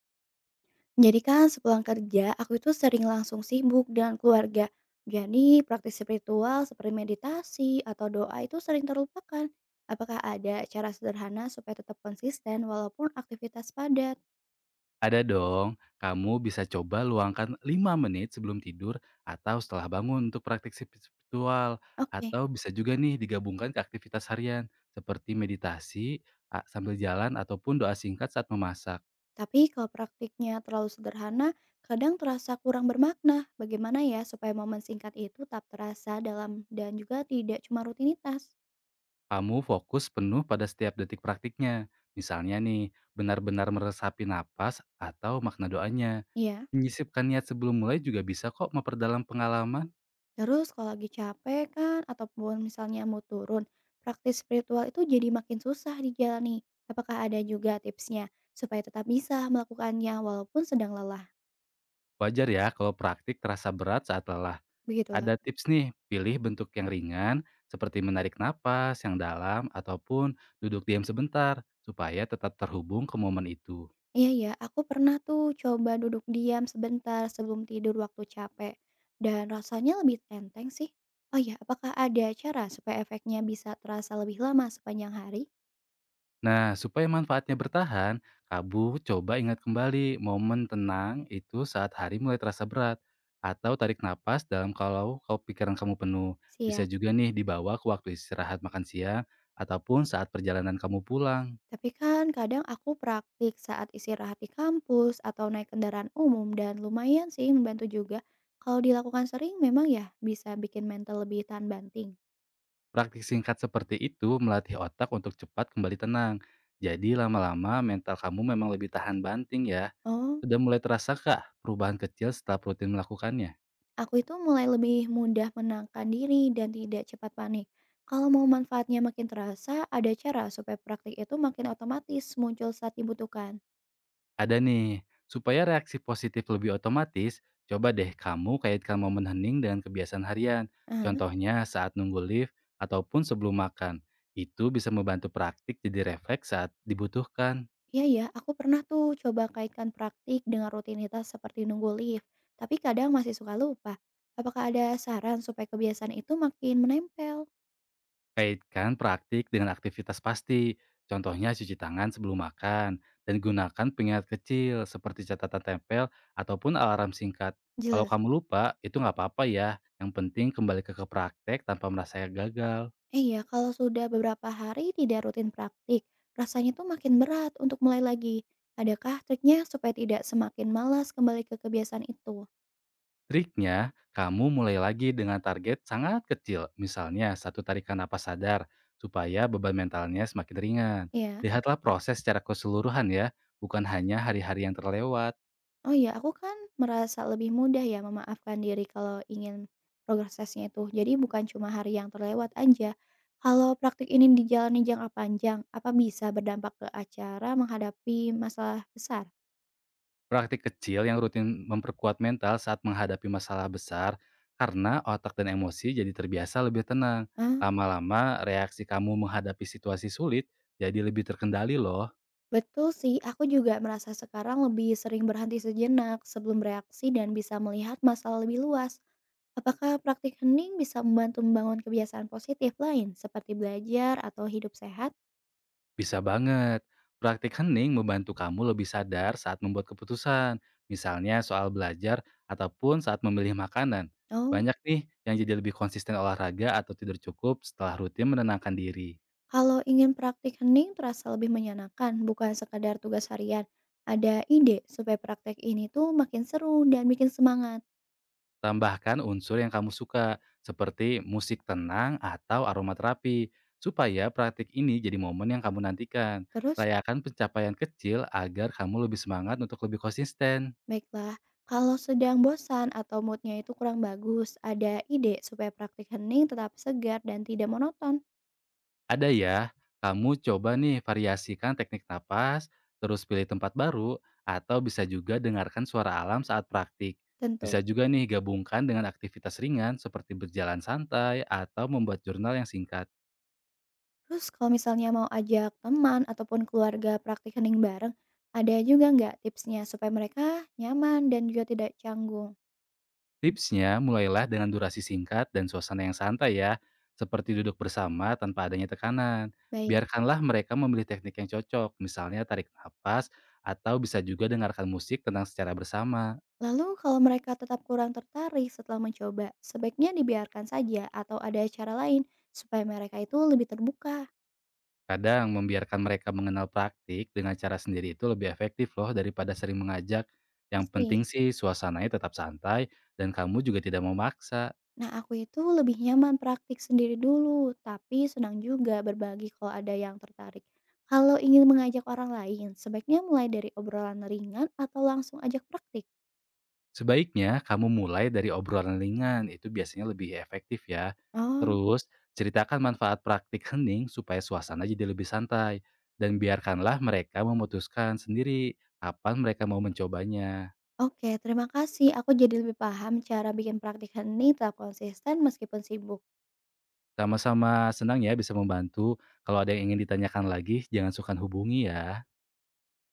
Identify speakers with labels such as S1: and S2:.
S1: Jadi kan sepulang kerja, aku itu sering langsung sibuk dengan keluarga. Jadi praktis spiritual seperti meditasi atau doa itu sering terlupakan. Apakah ada cara sederhana supaya tetap konsisten walaupun aktivitas padat?
S2: Ada dong, kamu bisa coba luangkan 5 menit sebelum tidur atau setelah bangun untuk praktik spiritual.
S1: Oke,
S2: Atau bisa juga nih digabungkan ke aktivitas harian seperti meditasi sambil jalan ataupun doa singkat saat memasak.
S1: tapi kalau praktiknya terlalu sederhana, kadang terasa kurang bermakna. Bagaimana ya supaya momen singkat itu tetap terasa dalam dan juga tidak cuma rutinitas?
S2: Kamu fokus penuh pada setiap detik praktiknya. Misalnya nih, benar-benar meresapi napas atau makna doanya.
S1: Iya.
S2: Menyisipkan niat sebelum mulai juga bisa kok memperdalam pengalaman.
S1: Terus kalau lagi capek kan ataupun misalnya mau turun, praktis spiritual itu jadi makin susah dijalani. Apakah ada juga tipsnya supaya tetap bisa melakukannya walaupun sedang lelah?
S2: Wajar ya kalau praktik terasa berat saat lelah.
S1: Begitulah.
S2: Ada tips nih, pilih bentuk yang ringan seperti menarik napas yang dalam ataupun duduk diam sebentar supaya tetap terhubung ke momen itu.
S1: Iya ya, aku pernah tuh coba duduk diam sebentar sebelum tidur waktu capek dan rasanya lebih enteng sih. Oh ya, apakah ada cara supaya efeknya bisa terasa lebih lama sepanjang hari?
S2: Nah, supaya manfaatnya bertahan, kamu coba ingat kembali momen tenang itu saat hari mulai terasa berat atau tarik napas dalam kalau kalau pikiran kamu penuh. Bisa
S1: Siap.
S2: juga nih dibawa ke waktu istirahat makan siang ataupun saat perjalanan kamu pulang.
S1: Tapi kan kadang aku praktik saat istirahat di kampus atau naik kendaraan umum dan lumayan sih membantu juga. Kalau dilakukan sering memang ya bisa bikin mental lebih tahan banting.
S2: Praktik singkat seperti itu melatih otak untuk cepat kembali tenang. Jadi lama-lama mental kamu memang lebih tahan banting ya.
S1: Oh,
S2: Sudah mulai terasakah perubahan kecil setelah rutin melakukannya?
S1: aku itu mulai lebih mudah menangkan diri dan tidak cepat panik. Kalau mau manfaatnya makin terasa, ada cara supaya praktik itu makin otomatis muncul saat dibutuhkan.
S2: Ada nih. Supaya reaksi positif lebih otomatis, coba deh kamu kaitkan momen hening dengan kebiasaan harian. Contohnya saat nunggu lift ataupun sebelum makan. Itu bisa membantu praktik jadi refleks saat dibutuhkan.
S1: Iya ya, aku pernah tuh coba kaitkan praktik dengan rutinitas seperti nunggu lift, tapi kadang masih suka lupa. Apakah ada saran supaya kebiasaan itu makin menempel?
S2: Kaitkan praktik dengan aktivitas pasti, contohnya cuci tangan sebelum makan, dan gunakan pengingat kecil seperti catatan tempel ataupun alarm singkat. Kalau
S1: Jelas.
S2: kamu lupa, itu nggak apa-apa ya. Yang penting kembali ke praktek tanpa merasa gagal.
S1: Eh ya, kalau sudah beberapa hari tidak rutin praktik, rasanya tuh makin berat untuk mulai lagi. Adakah triknya supaya tidak semakin malas kembali ke kebiasaan itu?
S2: Triknya, kamu mulai lagi dengan target sangat kecil, misalnya 1 tarikan napas sadar, supaya beban mentalnya semakin ringan.
S1: Iya.
S2: Lihatlah proses secara keseluruhan ya, bukan hanya hari-hari yang terlewat.
S1: Oh iya, aku kan merasa lebih mudah ya memaafkan diri kalau ingin progresnya itu. Jadi bukan cuma hari yang terlewat aja. Kalau praktik ini dijalani jangka panjang, apa bisa berdampak ke acara menghadapi masalah besar?
S2: Praktik kecil yang rutin memperkuat mental saat menghadapi masalah besar, karena otak dan emosi jadi terbiasa lebih tenang.
S1: Ah,
S2: Lama-lama, reaksi kamu menghadapi situasi sulit jadi lebih terkendali loh.
S1: betul sih. Aku juga merasa sekarang lebih sering berhenti sejenak sebelum bereaksi dan bisa melihat masalah lebih luas. Apakah praktik hening bisa membantu membangun kebiasaan positif lain seperti belajar atau hidup sehat?
S2: Bisa banget. Praktik hening membantu kamu lebih sadar saat membuat keputusan, misalnya soal belajar ataupun saat memilih makanan.
S1: Oh.
S2: Banyak nih yang jadi lebih konsisten olahraga atau tidur cukup setelah rutin menenangkan diri.
S1: Kalau ingin praktik hening terasa lebih menyenangkan, bukan sekadar tugas harian. Ada ide supaya praktek ini tuh makin seru dan bikin semangat.
S2: Tambahkan unsur yang kamu suka, seperti musik tenang atau aromaterapi, supaya praktik ini jadi momen yang kamu nantikan.
S1: Terus,
S2: Rayakan pencapaian kecil agar kamu lebih semangat untuk lebih konsisten.
S1: baiklah, kalau sedang bosan atau moodnya itu kurang bagus, ada ide supaya praktik hening tetap segar dan tidak monoton.
S2: Ada ya, kamu coba nih variasikan teknik napas, terus pilih tempat baru, atau bisa juga dengarkan suara alam saat praktik.
S1: Tentu.
S2: Bisa juga nih gabungkan dengan aktivitas ringan seperti berjalan santai atau membuat jurnal yang singkat.
S1: Terus kalau misalnya mau ajak teman ataupun keluarga praktik hening bareng, ada juga nggak tipsnya supaya mereka nyaman dan juga tidak canggung?
S2: Tipsnya, mulailah dengan durasi singkat dan suasana yang santai ya, seperti duduk bersama tanpa adanya tekanan.
S1: Baik.
S2: Biarkanlah mereka memilih teknik yang cocok, misalnya tarik nafas atau bisa juga dengarkan musik tenang secara bersama.
S1: Lalu kalau mereka tetap kurang tertarik setelah mencoba, sebaiknya dibiarkan saja atau ada cara lain supaya mereka itu lebih terbuka.
S2: Kadang membiarkan mereka mengenal praktik dengan cara sendiri itu lebih efektif loh daripada sering mengajak. Yang
S1: Pasti.
S2: penting sih suasananya tetap santai dan kamu juga tidak memaksa.
S1: Nah, aku itu lebih nyaman praktik sendiri dulu, tapi senang juga berbagi kalau ada yang tertarik. Kalau ingin mengajak orang lain, sebaiknya mulai dari obrolan ringan atau langsung ajak praktik.
S2: Sebaiknya kamu mulai dari obrolan ringan, itu biasanya lebih efektif ya.
S1: Oh,
S2: Terus, ceritakan manfaat praktik hening supaya suasana jadi lebih santai. Dan biarkanlah mereka memutuskan sendiri kapan mereka mau mencobanya.
S1: oke, terima kasih. Aku jadi lebih paham cara bikin praktik hening tetap konsisten meskipun sibuk.
S2: Sama-sama senang ya bisa membantu. Kalau ada yang ingin ditanyakan lagi, jangan sukar hubungi ya.